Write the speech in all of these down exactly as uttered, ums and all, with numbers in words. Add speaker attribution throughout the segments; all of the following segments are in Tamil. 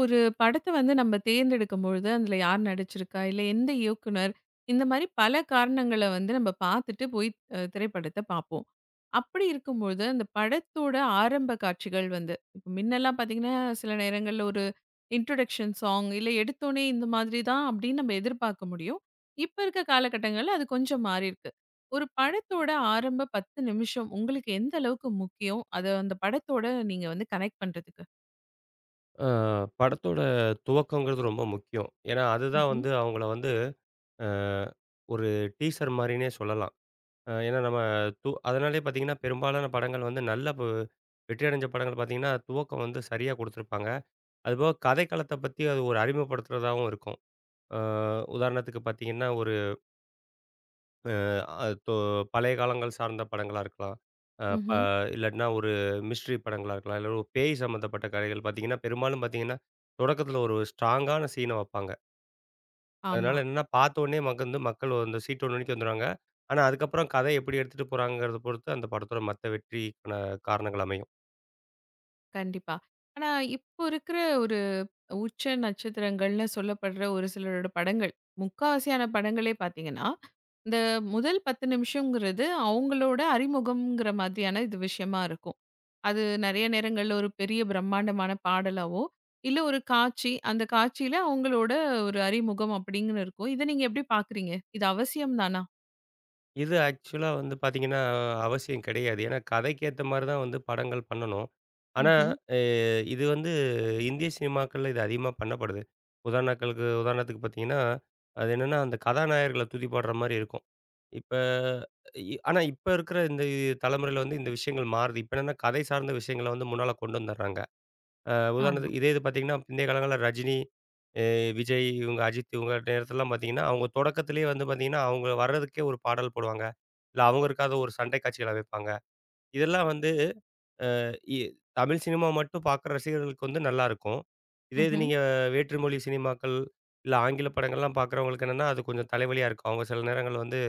Speaker 1: ஒரு படத்த வந்து நம்ம தேர்ந்தெடுக்கும் பொழுது, அதில யார் நடிச்சிருக்கா? இல்ல எந்த இயக்குனர்? இந்த மாரி பல காரணங்கள வந்து நம்ம பார்த்துட்டு போய் அ திரைப்படத்த பார்ப்போம். அப்படி இருக்கும்பொழுது, அந்த படத்தோட ஆரம்ப காட்சிகள் வந்து இப்ப முன்னெல்லாம் பார்த்தீங்கன்னா, சில நேரங்கள்ல ஒரு இன்ட்ரோடக்ஷன் சாங் இல்ல எடுத்தோனே இந்த மாதிரி தான் அப்படின்னு நம்ம எதிர்பார்க்க முடியும். இப்ப இருக்க காலகட்டங்கள்ல அது கொஞ்சம் மாறியிருக்கு. ஒரு படத்தோட ஆரம்ப பத்து நிமிஷம் உங்களுக்கு எந்த அளவுக்கு முக்கியம்? அத அந்த படத்தோட நீங்க வந்து கனெக்ட் பண்றதுக்கு?
Speaker 2: அ படத்தோட துவக்கங்கிறது ரொம்ப முக்கியம். ஏன்னா, அதுதான்
Speaker 1: ம்ஹ்ம்,
Speaker 2: வந்து அவங்கள வந்து அ ஒரு டீசர் மாரின்னே சொல்லலாம். அ ஏன்னா நம்ம து அதனாலேயே பார்த்தீங்கன்னா, பெரும்பாலான படங்கள் வந்து நல்ல ப வெற்றி அடைஞ்ச படங்கள் பார்த்தீங்கன்னா, துவக்கம் வந்து சரியா குடுத்துருப்பாங்க. அதுபோக கதைக்களத்த பத்தி அது ஒரு அறிமுகப்படுத்துறதாவும் இருக்கும். அ உதாரணத்துக்கு பார்த்தீங்கன்னா, ஒரு அ தொ பழைய காலங்கள் சார்ந்த படங்களா இருக்கலாம். அ ப
Speaker 1: ம்ஹ்ம்.
Speaker 2: இல்லாட்டினா ஒரு மிஸ்ட்ரி படங்களா இருக்கலாம். இல்ல ஒரு பேய் சம்மந்தப்பட்ட கதைகள் பார்த்தீங்கன்னா, பெரும்பாலும் பார்த்தீங்கன்னா, தொடக்கத்தில ஒரு ஸ்ட்ராங்கான சீன வப்பாங்க.
Speaker 1: ஆமா.
Speaker 2: அதனால என்னன்னா, பார்த்த உடனே மக் வந்து மக்கள் அந்த சீட் ஒரு மணிக்கு வந்துருவாங்க. ஆனா, அதுக்கப்புறம் கதை எப்படி எடுத்துட்டு போறாங்கங்கிறத பொறுத்து அந்த படத்தோட மத்த வெற்றிக்கான காரணங்கள் அமையும்.
Speaker 1: கண்டிப்பா. ஆனா, இப்போ இருக்கிற ஒரு உச்ச நட்சத்திரங்கள்னு சொல்லப்படுற ஒரு சிலரோட படங்கள், முக்காவாசியான படங்களே பார்த்தீங்கன்னா, இந்த முதல் பத்து நிமிஷம்ங்கிறது அவங்களோட அறிமுகம்ங்கிற மாதிரியான இது விஷயமா இருக்கும். அது நெறைய நேரங்கள்ல ஒரு பெரிய பிரம்மாண்டமான பாடலாவோ, இல்ல ஒரு காட்சி, அந்த காட்சியில அவங்களோட ஒரு அறிமுகம் அப்படிங்கன்னு இருக்கும். இத நீங்க எப்படி பார்க்குறீங்க? இது அவசியம் தானா?
Speaker 2: இது ஆக்சுவலா வந்து பார்த்தீங்கன்னா, அவசியம் கிடையாது. ஏன்னா, கதைக்கு ஏத்த மாரி தான் வந்து படங்கள் பண்ணணும். ஆனா,
Speaker 1: ம்ஹ்ம்.
Speaker 2: அ இது வந்து இந்திய சினிமாக்கள்ல இது அதிகமா பண்ணப்படுது. உதாரணக்களுக்கு உதாரணத்துக்கு பார்த்தீங்கன்னா, அது என்னன்னா அந்த கதாநாயகர்கள துதி பாடுற மாரி இருக்கும். இப்ப இ ஆனா இப்ப இருக்கிற இந்த தலைமுறையில வந்து இந்த விஷயங்கள் மாறுது. இப்ப என்னன்னா கதை சார்ந்த விஷயங்கள வந்து முன்னால கொண்டு வந்துடுறாங்க. அ
Speaker 1: ஆமா.
Speaker 2: உதாரணத்துக்கு இதே இது பார்த்தீங்கன்னா, பிந்தைய காலங்கள்ல ரஜினி, அ விஜய் இவங்க அஜித் இவங்க நேரத்துலலாம் பார்த்தீங்கன்னா, அவங்க தொடக்கத்திலேயே வந்து பார்த்தீங்கன்னா, அவங்க வர்றதுக்கே ஒரு பாடல் போடுவாங்க. இல்ல அவங்க இருக்காத ஒரு சண்டை காட்சிகள வைப்பாங்க. இதெல்லாம் வந்து இ தமிழ் சினிமா மட்டும் பார்க்குற ரசிகர்களுக்கு வந்து நல்லாருக்கும். இதே இது
Speaker 1: ம்ஹ்ம்.
Speaker 2: நீங்க வேற்று மொழி சினிமாக்கள், இல்ல ஆங்கில படங்கள்லாம் பார்க்குறவங்களுக்கு என்னன்னா, அது கொஞ்சம் தலைவலியா இருக்கும். அவங்க சில நேரங்கள் வந்து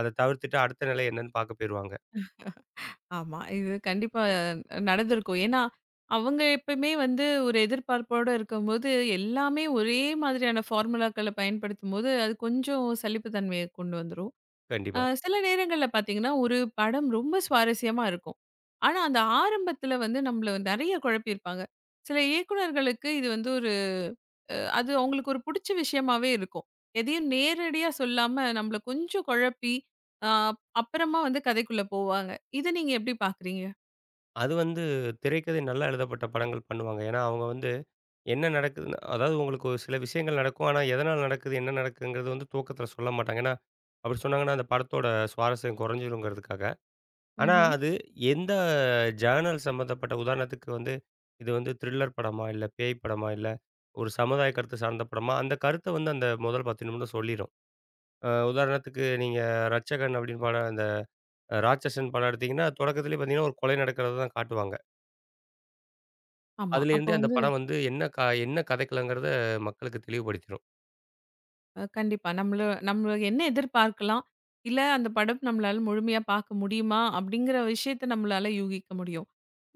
Speaker 2: அத தவிர்த்துட்டு அடுத்த நிலை என்னன்னு பார்க்க போயிருவாங்க.
Speaker 1: ஆமா. இது கண்டிப்பா நடந்திருக்கும். ஏன்னா, அவங்க எப்பயுமே வந்து ஒரு எதிர்பார்ப்போட இருக்கும்போது, எல்லாமே ஒரே மாதிரியான ஃபார்முலாக்கள பயன்படுத்தும்போது, அது கொஞ்சம் சலிப்பு தன்மைய கொண்டு வந்துரும். அ
Speaker 2: கண்டிப்பா.
Speaker 1: சில நேரங்கள்ல பார்த்தீங்கன்னா, ஒரு படம் ரொம்ப சுவாரஸ்யமா இருக்கும். ஆனா, அந்த ஆரம்பத்தில வந்து நம்மள நெறைய குழப்பியிருப்பாங்க. சில இயக்குனர்களுக்கு இது வந்து ஒரு அ அது அவங்களுக்கு ஒரு புடிச்ச விஷயமாவே இருக்கும். எதையும் நேரடியா சொல்லாம நம்மள கொஞ்சம் குழப்பி, அ அப்புறமா வந்து கதைக்குள்ள போவாங்க. இத நீங்க எப்படி பார்க்குறீங்க?
Speaker 2: அது வந்து திரைக்கதை நல்லா எழுதப்பட்ட படங்கள் பண்ணுவாங்க. ஏன்னா அவங்க வந்து என்ன நடக்குதுன்னு அதாவது உங்களுக்கு ஒரு சில விஷயங்கள் நடக்கும். ஆனா, எதனால நடக்குது? என்ன நடக்குதுங்கிறது வந்து துவக்கத்தில சொல்ல மாட்டாங்க. ஏன்னா, அப்படி சொன்னாங்கன்னா, அந்த படத்தோட சுவாரஸ்யம் குறைஞ்சிருங்கிறதுக்காக. ஆனா,
Speaker 1: ம்ஹ்ம்.
Speaker 2: அது எந்த ஜர்னல் சம்மந்தப்பட்ட உதாரணத்துக்கு வந்து, இது வந்து த்ரில்லர் படமா? இல்ல பேய் படமா? இல்ல ஒரு சமுதாய கருத்து சார்ந்த படமா? அந்த கருத்த வந்து அந்த முதல் பத்து நிமிடம் சொல்லிரும். அ உதாரணத்துக்கு நீங்க "ரட்சகன்" அப்படின்னு படம் அந்த அஹ், "ராட்சசன்" படம் எடுத்தீங்கன்னா, தொடக்கத்திலேயே பார்த்தீங்கன்னா, ஒரு கொலை நடக்கிறத தான் காட்டுவாங்க.
Speaker 1: ஆமா. அப்ப
Speaker 2: அதிலேருந்தே அந்த
Speaker 1: வந்து
Speaker 2: படம் வந்து என்ன க என்ன கதைக்களங்கிறத மக்களுக்கு தெளிவுபடுத்திரும்.
Speaker 1: அ கண்டிப்பா. நம்மள நம்ம என்ன எதிர்பார்க்கலாம்? இல்ல அந்த படம் நம்மளால முழுமையா பார்க்க முடியுமா? அப்படிங்கிற விஷயத்த நம்மளால யூகிக்க முடியும்.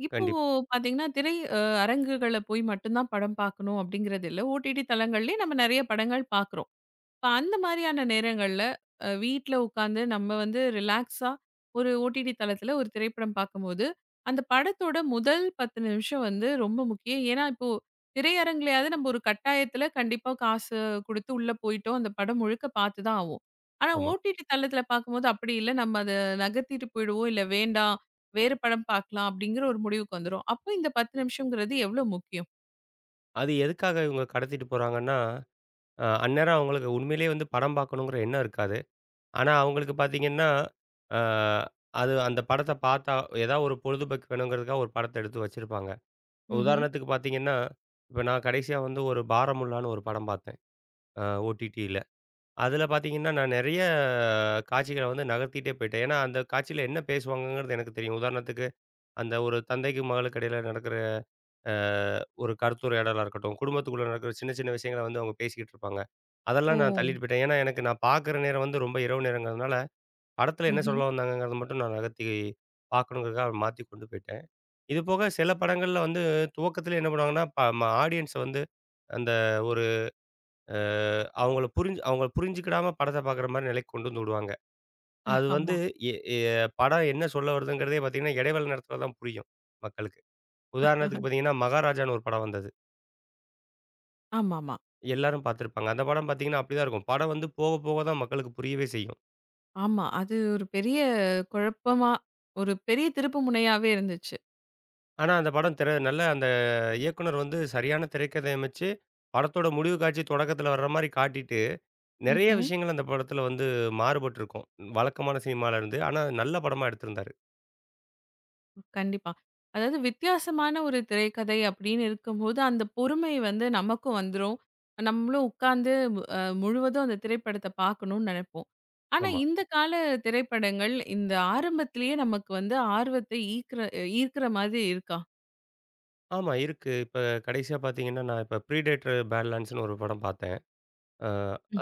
Speaker 1: இப்போ
Speaker 2: கண்டிப்பா.
Speaker 1: பார்த்தீங்கன்னா, திரை அ அரங்குகள்ல போய் மட்டும் தான் படம் பார்க்கணும் அப்படிங்கிறது இல்ல. ஓடிடி தளங்கள்லயே நம்ம நெறைய படங்கள் பார்க்குறோம். இப்ப அந்த மாரியான நேரங்கள்ல, அ வீட்ல உட்காந்து நம்ம வந்து ரிலாக்ஸா ஒரு ஓடிடி தளத்துல ஒரு திரைப்படம் பார்க்கும்போது, அந்த படத்தோட முதல் பத்து நிமிஷம் வந்து ரொம்ப முக்கியம். ஏன்னா, இப்போ திரையரங்குலயாவது நம்ம ஒரு கட்டாயத்துல கண்டிப்பா காசு குடுத்து உள்ள போயிட்டோம். அந்த படம் முழுக்க பார்த்து தான் ஆவோம். ஆனா,
Speaker 2: ஆமா.
Speaker 1: ஓடிடி தளத்துல பார்க்கும்போது அப்படி இல்ல. நம்ம அத நகர்த்திட்டு போயிடுவோம். இல்ல வேண்டாம், வேறு படம் பார்க்கலாம் அப்படிங்கிற ஒரு முடிவுக்கு வந்துரும். அப்போ இந்த பத்து நிமிஷம்ங்கிறது எவ்வளோ முக்கியம்?
Speaker 2: அது எதுக்காக இவங்க கடத்திட்டு போறாங்கன்னா, அ அந்நேரம் அவங்களுக்கு உண்மையிலேயே வந்து படம் பார்க்கணுங்கிற எண்ணம் இருக்காது. ஆனா அவங்களுக்கு பார்த்தீங்கன்னா, அ அது அந்த படத்த பார்த்தா ஏதாவது ஒரு பொழுதுபோக்கு வேணுங்கிறதுக்காக ஒரு படத்த எடுத்து வச்சிருப்பாங்க.
Speaker 1: ம்ஹ்ம்.
Speaker 2: உதாரணத்துக்கு பார்த்தீங்கன்னா, இப்ப நான் கடைசியா வந்து ஒரு பாரமுல்லான்னு ஒரு படம் பார்த்தேன். அ ஓடிடியில. அதுல பார்த்தீங்கன்னா, நான் நெறைய காட்சிகள வந்து நகர்த்திட்டே போயிட்டேன். ஏன்னா, அந்த காட்சியில என்ன பேசுவாங்கங்கிறது எனக்கு தெரியும். உதாரணத்துக்கு அந்த ஒரு தந்தைக்கும் மகளுக்கு இடையில நடக்கிற அஹ் ஒரு கருத்துரையாடலா இருக்கட்டும், குடும்பத்துக்குள்ள நடக்கிற சின்ன சின்ன விஷயங்கள வந்து அவங்க பேசிக்கிட்டு இருப்பாங்க.
Speaker 1: ஓ!
Speaker 2: அதெல்லாம் நான் தள்ளிட்டு போயிட்டேன். ஏன்னா, எனக்கு நான் பார்க்குற நேரம் வந்து ரொம்ப இரவு நேரங்கிறதுனால, படத்துல என்ன
Speaker 1: ம்ஹ்ம்.
Speaker 2: சொல்ல வந்தாங்கங்கிறத மட்டும் நான் நகர்த்தி பார்க்கணுங்கிறதுக்காக மாத்தி கொண்டு போயிட்டேன். இது போக சில படங்கள்ல வந்து துவக்கத்திலே என்ன பண்ணுவாங்கன்னா, ப ம ஆடியன்ஸ வந்து அந்த ஒரு அ அவங்கள புரிஞ்சு அவங்கள புரிஞ்சுக்கிடாம படத்த பார்க்குற மாரி நிலைக்கு கொண்டு வந்து விடுவாங்க. அது வந்து
Speaker 1: ஆமா.
Speaker 2: எ எ படம் என்ன சொல்ல வருதுங்கிறதே பார்த்தீங்கன்னா, இடைவேளை நேரத்துல தான் புரியும் மக்களுக்கு. உதாரணத்துக்கு பார்த்தீங்கன்னா, மகாராஜான்னு ஒரு படம் வந்தது.
Speaker 1: ஆமாமா.
Speaker 2: எல்லாரும் பார்த்துருப்பாங்க. அந்த படம் பார்த்தீங்கன்னா, அப்படிதான் இருக்கும். படம் வந்து போக போக தான் மக்களுக்கு புரியவே செய்யும்.
Speaker 1: ஆமா. அது ஒரு பெரிய குழப்பமா, ஒரு பெரிய திருப்பு முனையாவே இருந்துச்சு.
Speaker 2: ஆனா அந்த படம் திரை நல்ல அந்த இயக்குனர் வந்து சரியான திரைக்கதை அமைச்சு, படத்தோட முடிவு காட்சி தொடக்கத்தில வர்ற மாரி காட்டிட்டு, நெறைய
Speaker 1: ம்ஹ்ம்.
Speaker 2: விஷயங்கள் அந்த படத்தில வந்து மாறுபட்டிருக்கும். வழக்கமான சினிமாலருந்து. ஆனா நல்ல படமா எடுத்திருந்தாரு.
Speaker 1: கண்டிப்பா. அதாவது வித்தியாசமான ஒரு திரைக்கதை அப்படின்னு இருக்கும்போது, அந்த பொறுமை வந்து நமக்கும் வந்துரும். நம்மளும் உட்கார்ந்து அ முழுவதும் அந்த திரைப்படத்த பார்க்கணும்னு நெனைப்போம். ஆனா,
Speaker 2: ஆமா.
Speaker 1: இந்த கால திரைப்படங்கள் இந்த ஆரம்பத்திலேயே நமக்கு வந்து ஆர்வத்தை ஈர்க்கிற ஈர்க்கிற மாதிரி இருக்கா?
Speaker 2: ஆமா இருக்கு. இப்ப கடைசியா பார்த்தீங்கன்னா, நான் இப்ப ப்ரீடேட்டர் பேட்லாண்ட்ஸ்ன்னு ஒரு படம் பார்த்தேன். அ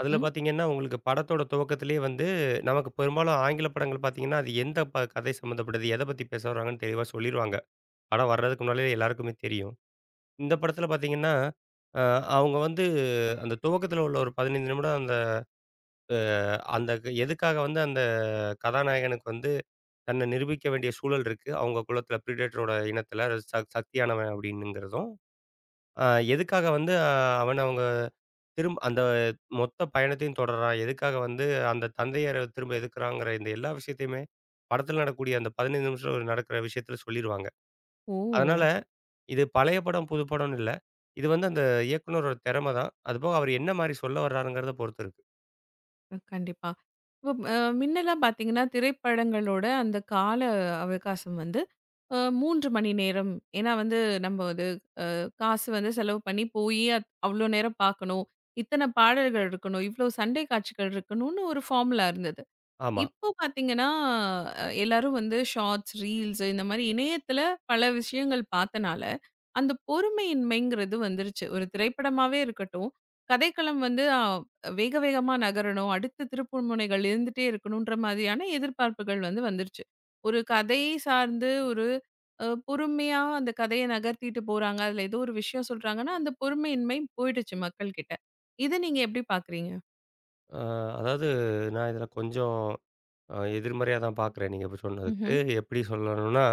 Speaker 2: அதில பார்த்தீங்கன்னா, உங்களுக்கு படத்தோட துவக்கத்திலேயே வந்து நமக்கு பெரும்பாலும் ஆங்கில படங்கள் பார்த்தீங்கன்னா, அது எந்த ப கதை சம்மந்தப்பட்டது, எத பத்தி பேச வர்றாங்கன்னு தெளிவா சொல்லிருவாங்க. படம் வர்றதுக்கு முன்னாலயே எல்லாருக்குமே தெரியும். இந்த படத்துல பாத்தீங்கன்னா, அ அவங்க வந்து அந்த துவக்கத்துல உள்ள ஒரு பதினைந்து நிமிடம் அந்த அ அந்த க- எதுக்காக வந்து அந்த கதாநாயகனுக்கு வந்து தன்னை நிரூபிக்க வேண்டிய சூழல் இருக்கு. அவங்க குலத்துல பிரீடேட்டரோட இனத்துல ச சக்தியானவன் அப்படின்னுங்கிறதும், அ எதுக்காக வந்து அவன அவங்க திரும்ப அந்த மொத்த பயணத்தையும் தொடர்றான். எதுக்காக வந்து அந்த தந்தையர திரும்ப எதுக்குறாங்கிற இந்த எல்லா விஷயத்தையுமே படத்துல நடக்கக்கூடிய அந்த பதினைந்து நிமிஷம் நடக்கிற விஷயத்துல சொல்லிருவாங்க.
Speaker 1: ஓ!
Speaker 2: அதனால இது பழைய படம், புது படம்னு இல்ல. இது வந்து அந்த இயக்குனரோட திறமை தான். அதுபோக அவர் என்ன மாரி சொல்ல வர்றாருங்கிறத பொறுத்து இருக்கு.
Speaker 1: அஹ் கண்டிப்பா. இப்ப அ முன்னலாம் பார்த்தீங்கன்னா, திரைப்படங்களோட அந்த கால அவகாசம் வந்து அ மூன்று மணி நேரம். ஏன்னா வந்து நம்ம அது காசு வந்து செலவு பண்ணி போயி அத் அவ்ளோ நேரம் பார்க்கணும். இத்தன பாடல்கள் இருக்கணும். இவ்ளோ சண்டை காட்சிகள் இருக்கணும்னு ஒரு ஃபார்முலா இருந்தது.
Speaker 2: ஆமா.
Speaker 1: இப்போ பார்த்தீங்கன்னா, அ எல்லாரும் வந்து ஷார்ட்ஸ், ரீல்ஸ் இந்த மாரி இணையத்தில பல விஷயங்கள் பார்த்தனால, அந்த பொறுமையின்மைங்கிறது வந்துருச்சு. ஒரு திரைப்படமாவே இருக்கட்டும், கதைக்களம் வந்து அ வேக வேகமா நகரணும், அடுத்த திருப்புமுனைகள் இருந்துட்டே இருக்கணுன்ற மாதிரியான எதிர்பார்ப்புகள் வந்து வந்துருச்சு. ஒரு கதை சார்ந்து ஒரு அ பொறுமையா அந்த கதைய நகர்த்திட்டு போறாங்க. அதில ஏதோ ஒரு விஷயம் சொல்றாங்கன்னா, அந்த பொறுமையின்மை போயிடுச்சு மக்கள்கிட்ட. இத நீங்க எப்படி பார்க்குறீங்க?
Speaker 2: அ அதாவது நான் இதில கொஞ்சம் அ எதிர்மறையா தான் பார்க்குறேன். நீங்க இப்ப சொன்னதுக்கு.
Speaker 1: ம்ஹ்ம்,
Speaker 2: எப்படி சொல்லணும்னா,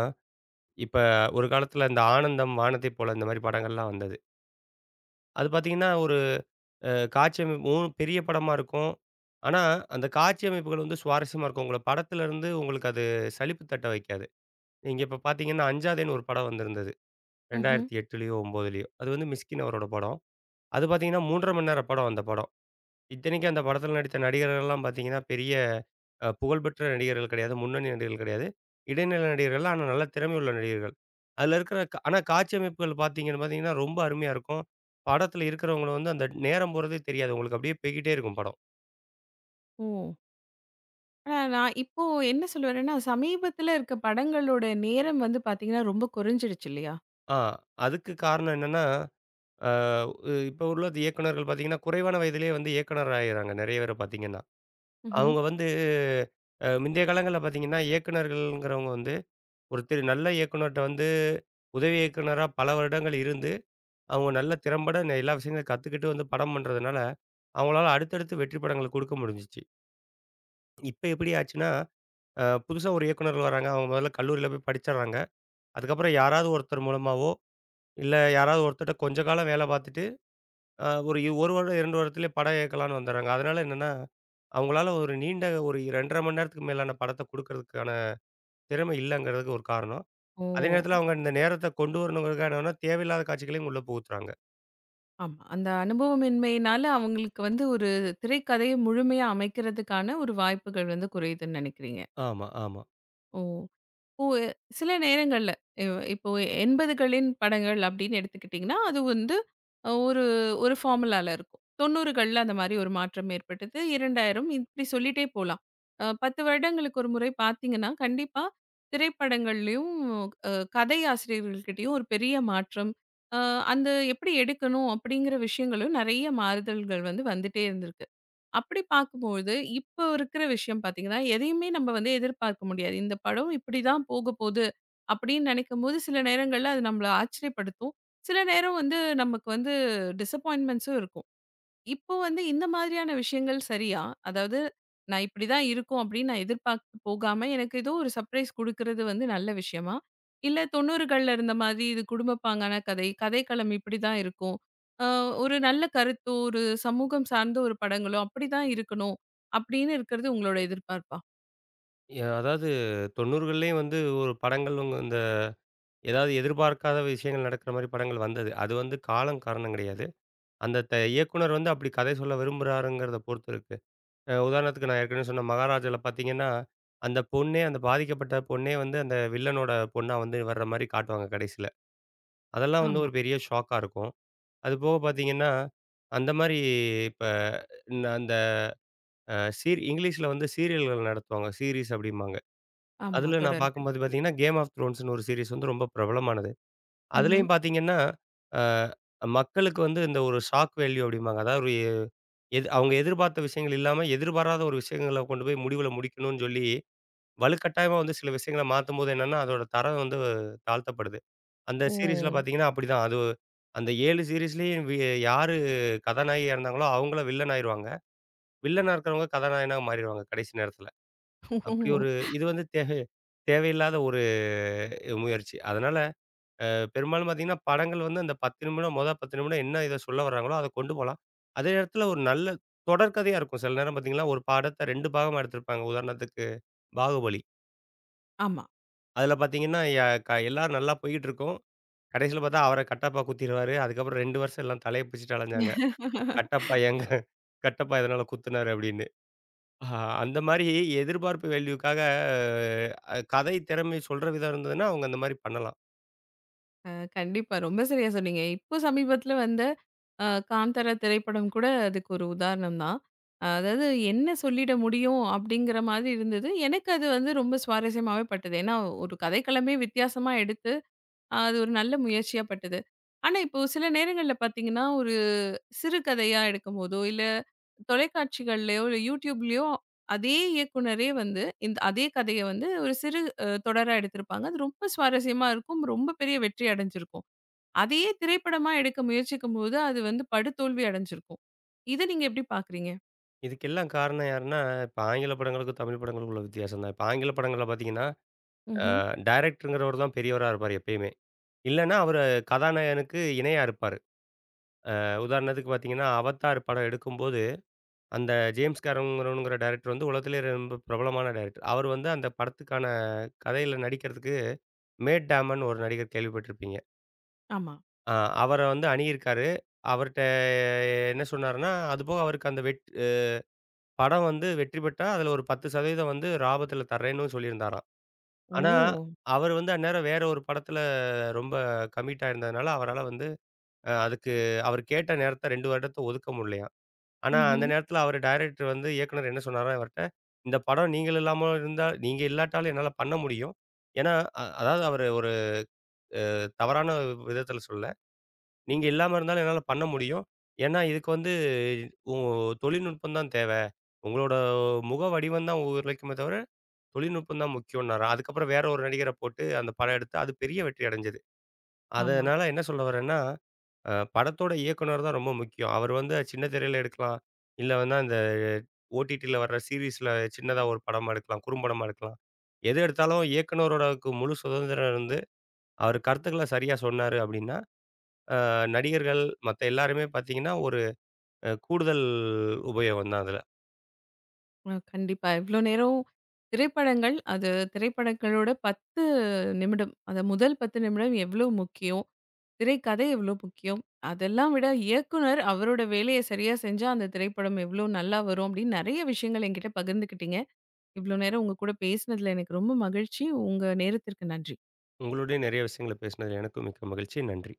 Speaker 2: இப்ப ஒரு காலத்தில இந்த ஆனந்தம், வானத்தை போல இந்த மாரி படங்கள்லாம் வந்தது. அது பார்த்தீங்கன்னா, ஒரு அ காட்சி அமைப்பு மூணு பெரிய படமா இருக்கும். ஆனா, அந்த காட்சி அமைப்புகள் வந்து சுவாரஸ்யமா இருக்கும். உங்கள படத்திலருந்து உங்களுக்கு அது சலிப்பு தட்ட வைக்காது. நீங்க இப்ப பார்த்தீங்கன்னா, அஞ்சாதேன்னு ஒரு படம் வந்திருந்தது.
Speaker 1: ம்ஹ்ம்.
Speaker 2: 2008லயோ, 9லயோ. அது வந்து மிஸ்கின் அவரோட படம். அது பார்த்தீங்கன்னா மூன்று அரை மணி நேர படம் அந்த படம். இத்தனைக்கும் அந்த படத்தில நடித்த நடிகர்கள்லாம் பார்த்தீங்கன்னா, பெரிய அ புகழ்பெற்ற நடிகர்கள் கிடையாது. முன்னணி நடிகர்கள் கிடையாது. இடைநிலை நடிகர்கள். ஆனா நல்ல திறமையுள்ள நடிகர்கள். அதில இருக்கிற க ஆனா காட்சி அமைப்புகள் பார்த்தீங்கன்னு பார்த்தீங்கன்னா, ரொம்ப அருமையா இருக்கும். படத்தில இருக்கிறவங்கள வந்து அந்த நேரம் போறதே தெரியாது. உங்களுக்கு அப்படியே போய்க்கிட்டே இருக்கும் படம்.
Speaker 1: ஓ! ஆனா, நான் இப்போ என்ன சொல்ல வரேன்னா, சமீபத்தில இருக்க படங்களோட நேரம் வந்து பார்த்தீங்கன்னா, ரொம்ப குறைஞ்சிடுச்சு இல்லையா?
Speaker 2: ஆ அதுக்கு காரணம் என்னன்னா, அ இப்ப உள்ள இயக்குனர்கள் பார்த்தீங்கன்னா, குறைவான வயதிலேயே வந்து இயக்குனர் ஆயிர்றாங்க. நிறைய பேர பார்த்தீங்கன்னா.
Speaker 1: ம்ஹ்ம்.
Speaker 2: அவங்க வந்து அ முந்தைய காலங்கள்ல பார்த்தீங்கன்னா, இயக்குனர்கள்ங்கிறவங்க வந்து ஒரு திரு நல்ல இயக்குனர்ட்ட வந்து உதவி இயக்குனரா பல வருடங்கள் இருந்து, அவங்க நல்ல திறம்பட ந எல்லா விஷயங்களையும் கத்துக்கிட்டு வந்து படம் பண்றதுனால, அவங்களால அடுத்தடுத்து வெற்றி படங்கள குடுக்க முடிஞ்சுச்சு. இப்ப எப்படி ஆச்சுன்னா, அ புதுசா ஒரு இயக்குனர்கள் வராங்க. அவங்க முதல்ல கல்லூரியில போய் படிச்சர்றாங்க. அதுக்கப்புறம் யாராவது ஒருத்தர் மூலமாவோ, இல்ல யாராவது ஒருத்தர்ட்ட கொஞ்ச காலம் வேலை பார்த்துட்டு, அ ஒரு 1 வருடம், இரண்டு வருடத்திலேயே படம் இயக்கலான்னு வந்துர்றாங்க. அதனால என்னன்னா, அவங்களால ஒரு நீண்ட ஒரு இரண்டு அரை மணி நேரத்துக்கு மேலான படத்த குடுக்கறதுக்கான திறமை இல்லங்கிறதுக்கு ஒரு காரணம்.
Speaker 1: ஓ!
Speaker 2: அதே நேரத்தில அவங்க இந்த நேரத்த கொண்டு வரணுங்கிறதுக்காக என்னன்னா, தேவையில்லாத காட்சிகளையும் உள்ள புகுத்துறாங்க.
Speaker 1: ஆமா. அந்த அனுபவமின்மையினால அவங்களுக்கு வந்து ஒரு திரைக்கதைய முழுமையா அமைக்கிறதுக்கான ஒரு வாய்ப்புகள் வந்து குறையுதுன்னு நினைக்கிறீங்க.
Speaker 2: ஆமா, ஆமா.
Speaker 1: ஓ! ஓ! சில நேரங்கள்ல இவ் இப்போ எண்பதுகளின் படங்கள் அப்படின்னு எடுத்துக்கிட்டிங்கன்னா, அது வந்து அ ஒரு ஒரு ஃபார்முலால இருக்கும். தொண்ணூறுகள்ல அந்த மாரி ஒரு மாற்றம் ஏற்பட்டது. இரண்டாயிரம் இப்படி சொல்லிட்டே போலாம். அ பத்து வருடங்களுக்கு ஒரு முறை பார்த்தீங்கன்னா, கண்டிப்பா திரைப்படங்கள்லயும் அ கதை ஆசிரியர்கள்கிட்டயும் ஒரு பெரிய மாற்றம். அ அந்த எப்படி எடுக்கணும் அப்படிங்கிற விஷயங்களும் நெறைய மாறுதல்கள் வந்து வந்துட்டே இருந்திருக்கு. அப்படி பார்க்கும்பொழுது, இப்ப இருக்கிற விஷயம் பார்த்தீங்கன்னா, எதையுமே நம்ம வந்து எதிர்பார்க்க முடியாது. இந்த படம் இப்படிதான் போக போது, அப்படின்னு நினைக்கும்போது சில நேரங்கள்ல அது நம்மள ஆச்சரியப்படுத்தும். சில நேரம் வந்து நமக்கு வந்து டிசப்பாயின்ட்மெண்ட்ஸும் இருக்கும். இப்போ வந்து இந்த மாதிரியான விஷயங்கள் சரியா? அதாவது நான் இப்படிதான் இருக்கும் அப்படின்னு நான் எதிர்பார்த்து போகாம, எனக்கு ஏதோ ஒரு சர்ப்ரைஸ் குடுக்குறது வந்து நல்ல விஷயமா? இல்ல தொண்ணூறுகள்ல இருந்த மாதிரி இது குடும்பப்பாங்கான கதை, கதைக்களம் இப்படிதான் இருக்கும். அ ஒரு நல்ல கருத்தோ, ஒரு சமூகம் சார்ந்த ஒரு படங்களோ அப்படிதான் இருக்கணும். அப்படின்னு இருக்கிறது உங்களோட எதிர்பார்ப்பா?
Speaker 2: ய அதாவது 90கள்லேயும் வந்து ஒரு படங்கள் உங்க இந்த ஏதாவது எதிர்பார்க்காத விஷயங்கள் நடக்கிற மாரி படங்கள் வந்தது. அது வந்து காலம் காரணம் கிடையாது. அந்த த இயக்குனர் வந்து அப்படி கதை சொல்ல விரும்புறாருங்கிறத பொறுத்து இருக்கு. அ உதாரணத்துக்கு நான் ஏற்கனவே சொன்ன மகாராஜால பார்த்தீங்கன்னா, அந்த பொண்ணே அந்த பாதிக்கப்பட்ட பொண்ணே வந்து அந்த வில்லனோட பொண்ணா வந்து வர்ற மாரி காட்டுவாங்க கடைசில. அதெல்லாம் வந்து
Speaker 1: ஆமா,
Speaker 2: ஒரு பெரிய ஷாக்கா இருக்கும். அது போக பார்த்தீங்கன்னா, அந்த மாரி இப்ப ந அந்த அ சீர் இங்கிலீஷ்ல வந்து சீரியல்கள் நடத்துவாங்க. சீரிஸ் அப்படிம்பாங்க.
Speaker 1: ஆமா.
Speaker 2: அதில நான்
Speaker 1: தொடர்கள்.
Speaker 2: பார்க்கும்போது பார்த்தீங்கன்னா, கேம் ஆஃப் த்ரோன்ஸ்ன்னு ஒரு சீரிஸ் வந்து ரொம்ப பிரபலமானது.
Speaker 1: ம்ஹ்ம்.
Speaker 2: அதிலேயும் பார்த்தீங்கன்னா, அ மக்களுக்கு வந்து இந்த ஒரு ஷாக் வேல்யூ அப்படிம்பாங்க. அதாவது ஒரு எது அவங்க எதிர்பார்த்த விஷயங்கள் இல்லாம, எதிர்பாராத ஒரு விஷயங்கள கொண்டு போய் முடிவுல முடிக்கணும்னு சொல்லி, வலுக்கட்டாயமா வந்து சில விஷயங்கள மாத்தும்போது என்னன்னா, அதோட தரம் வந்து தாழ்த்தப்படுது. அந்த
Speaker 1: ஓ!
Speaker 2: சீரிஸ்ல பார்த்தீங்கன்னா அப்படிதான். அது அந்த ஏழு சீரிஸ்லயும் வி யாரு கதாநாயகியா இருந்தாங்களோ, அவங்கள வில்லன் ஆயிருவாங்க. வில்லனா இருக்கிறவங்க கதாநாயகனா மாறிருவாங்க கடைசி நேரத்தில. அப்படி ஒரு
Speaker 1: ஓ!
Speaker 2: இது வந்து தேவை தேவையில்லாத ஒரு முயற்சி. அதனால அஹ், பெரும்பாலும் பார்த்தீங்கன்னா, படங்கள் வந்து அந்த பத்து நிமிடம் மொதல் பத்து நிமிடம் என்ன இத சொல்ல வர்றாங்களோ, அத கொண்டு போலாம். அதே நேரத்தில ஒரு நல்ல தொடர்கதையா இருக்கும். சில நேரம் பார்த்தீங்கன்னா, ஒரு படத்த ரெண்டு பாகமா எடுத்திருப்பாங்க. உதாரணத்துக்கு பாகுபலி.
Speaker 1: ஆமா.
Speaker 2: அதில பார்த்தீங்கன்னா, ய க எல்லாரும் நல்லா போய்க்கிட்டு இருக்கும். கடைசில பார்த்தா அவர கட்டப்பா குத்திருவாரு. அதுக்கப்புறம் ரெண்டு வருஷம் எல்லாம் தலைய பிச்சுட்டு அலைஞ்சாங்க. கட்டப்பா எங்க கட்டப்பா எதனால குத்துனாரு அப்படின்னு. அ அந்த மாரி எதிர்பார்ப்பு வேல்யூக்காக அ கதை திறமை சொல்ற விதம் இருந்ததுன்னா, அவங்க அந்த மாரி பண்ணலாம்.
Speaker 1: அ கண்டிப்பா. ரொம்ப சரியா சொன்னீங்க. இப்போ சமீபத்தில வந்த அ காந்தாரா திரைப்படம் கூட அதுக்கு ஒரு உதாரணம் தான். அதாவது என்ன சொல்லிட முடியும் அப்படிங்கிற மாதிரி இருந்தது. எனக்கு அது வந்து ரொம்ப சுவாரஸ்யமாவே பட்டது. ஏன்னா ஒரு கதைக்களமே வித்தியாசமா எடுத்து ஆஹ் அது ஒரு நல்ல முயற்சியா பட்டது. ஆனா, இப்போ சில நேரங்கள்ல பார்த்தீங்கன்னா, ஒரு சிறுகதையா எடுக்கும்போதோ, இல்ல தொலைக்காட்சிகள்லயோ, இல்ல YouTubeலயோ அதே இயக்குனரே வந்து, இந்த அதே கதைய வந்து ஒரு சிறு அ தொடரா எடுத்திருப்பாங்க. அது ரொம்ப சுவாரஸ்யமா இருக்கும். ரொம்ப பெரிய வெற்றி அடைஞ்சிருக்கும். அதையே திரைப்படமா எடுக்க முயற்சிக்கும்போது, அது வந்து படுதோல்வி அடைஞ்சிருக்கும். இத நீங்க எப்படி பார்க்குறீங்க?
Speaker 2: இதுக்கெல்லாம் காரணம் யாருன்னா, இப்ப ஆங்கில படங்களுக்கும், தமிழ் படங்களுக்கும் உள்ள வித்தியாசம் தான். இப்ப ஆங்கில படங்கள்ல பார்த்தீங்கன்னா, அ
Speaker 1: ம்ஹ்ம்.
Speaker 2: டைரக்டருங்கிறவர் தான் பெரியவரா இருப்பாரு எப்பயுமே. இல்லன்னா, அவரு கதாநாயகனுக்கு இணையா இருப்பாரு. அ உதாரணத்துக்கு பார்த்தீங்கன்னா, அவதார் படம் எடுக்கும்போது அந்த ஜேம்ஸ் கேமரூன்ங்கிற டைரக்டர் வந்து உலகத்திலேயே ரொம்ப பிரபலமான டைரக்டர். அவர் வந்து அந்த படத்துக்கான கதையில நடிக்கிறதுக்கு மேட் டேமன் ஒரு நடிகர் கேள்விப்பட்டிருப்பீங்க.
Speaker 1: ஆமா.
Speaker 2: அ அவர வந்து அணுகியிருக்காரு. அவர்ட்ட என்ன சொன்னாருன்னா, அதுபோக அவருக்கு அந்த வெட் அ படம் வந்து வெற்றி பெற்றா அதில ஒரு பத்து சதவீதம் வந்து ராபத்தில தர்றேன்னும் சொல்லியிருந்தாராம்.
Speaker 1: ஓ!
Speaker 2: ஆனா, அவர் வந்து அந்நேரம் வேற ஒரு படத்தில ரொம்ப கமிட் ஆயிருந்ததுனால, அவரால வந்து அ அதுக்கு அவர் கேட்ட நேரத்த ரெண்டு வருடத்த ஒதுக்க முடியலையாம். ஆனா, அந்த
Speaker 1: ம்ஹ்ம்.
Speaker 2: நேரத்தில அவரு டைரக்டர் வந்து இயக்குனர் என்ன சொன்னார்னா அவர்ட்ட, "இந்த படம் நீங்கள் இல்லாம இருந்தா நீங்க இல்லாட்டாலும் என்னால பண்ண முடியும். ஏன்னா" அ அதாவது அவரு ஒரு தவறான விதத்தில சொல்லல. "நீங்க இல்லாம இருந்தாலும் என்னால பண்ண முடியும். ஏன்னா, இதுக்கு வந்து உ தொழில்நுட்பம் தான் தேவை. உங்களோட முக வடிவம் தான் உழைக்குமே தவிர, தொழில்நுட்பம் தான் முக்கியம்னாராம்." அதுக்கப்புறம் வேற ஒரு நடிகர போட்டு அந்த படம் எடுத்து, அது பெரிய வெற்றி அடைஞ்சது.
Speaker 1: ஆமா.
Speaker 2: அதனால என்ன சொல்ல வரேன்னா அ படத்தோட இயக்குனர் தான் ரொம்ப முக்கியம். அவர் வந்து சின்ன திரையில எடுக்கலாம். இல்ல வந்து அந்த ஓடிடில வர்ற சீரிஸ்ல சின்னதா ஒரு படமா எடுக்கலாம். குறும்படமா எடுக்கலாம். எது எடுத்தாலும் இயக்குனரோடக்கு முழு சுதந்திரம் இருந்து, அவர் கருத்துக்கள சரியா சொன்னாரு அப்டின்னா, அ நடிகர்கள் மத்த எல்லாருமே பார்த்தீங்கன்னா, ஒரு அ கூடுதல் உபயோகம் தான் அதுல.
Speaker 1: அ கண்டிப்பா. இவ்ளோ நேரம் திரைப்படங்கள், அது திரைப்படங்களோட பத்து நிமிடம், அத முதல் பத்து நிமிடம் எவ்ளோ முக்கியம்? திரைக்கதை எவ்ளோ முக்கியம்? அதெல்லாம் விட இயக்குனர் அவரோட வேலைய சரியா செஞ்சா, அந்த திரைப்படம் எவ்ளோ நல்லா வரும் அப்படின்னு நெறைய விஷயங்கள் என்கிட்ட பகிர்ந்துக்கிட்டீங்க. இவ்ளோ நேரம் உங்க கூட பேசினதுல எனக்கு ரொம்ப மகிழ்ச்சி. உங்க நேரத்திற்கு நன்றி.
Speaker 2: உங்களோடயும் நெறைய விஷயங்கள பேசினது எனக்கும் மிக்க மகிழ்ச்சி. நன்றி.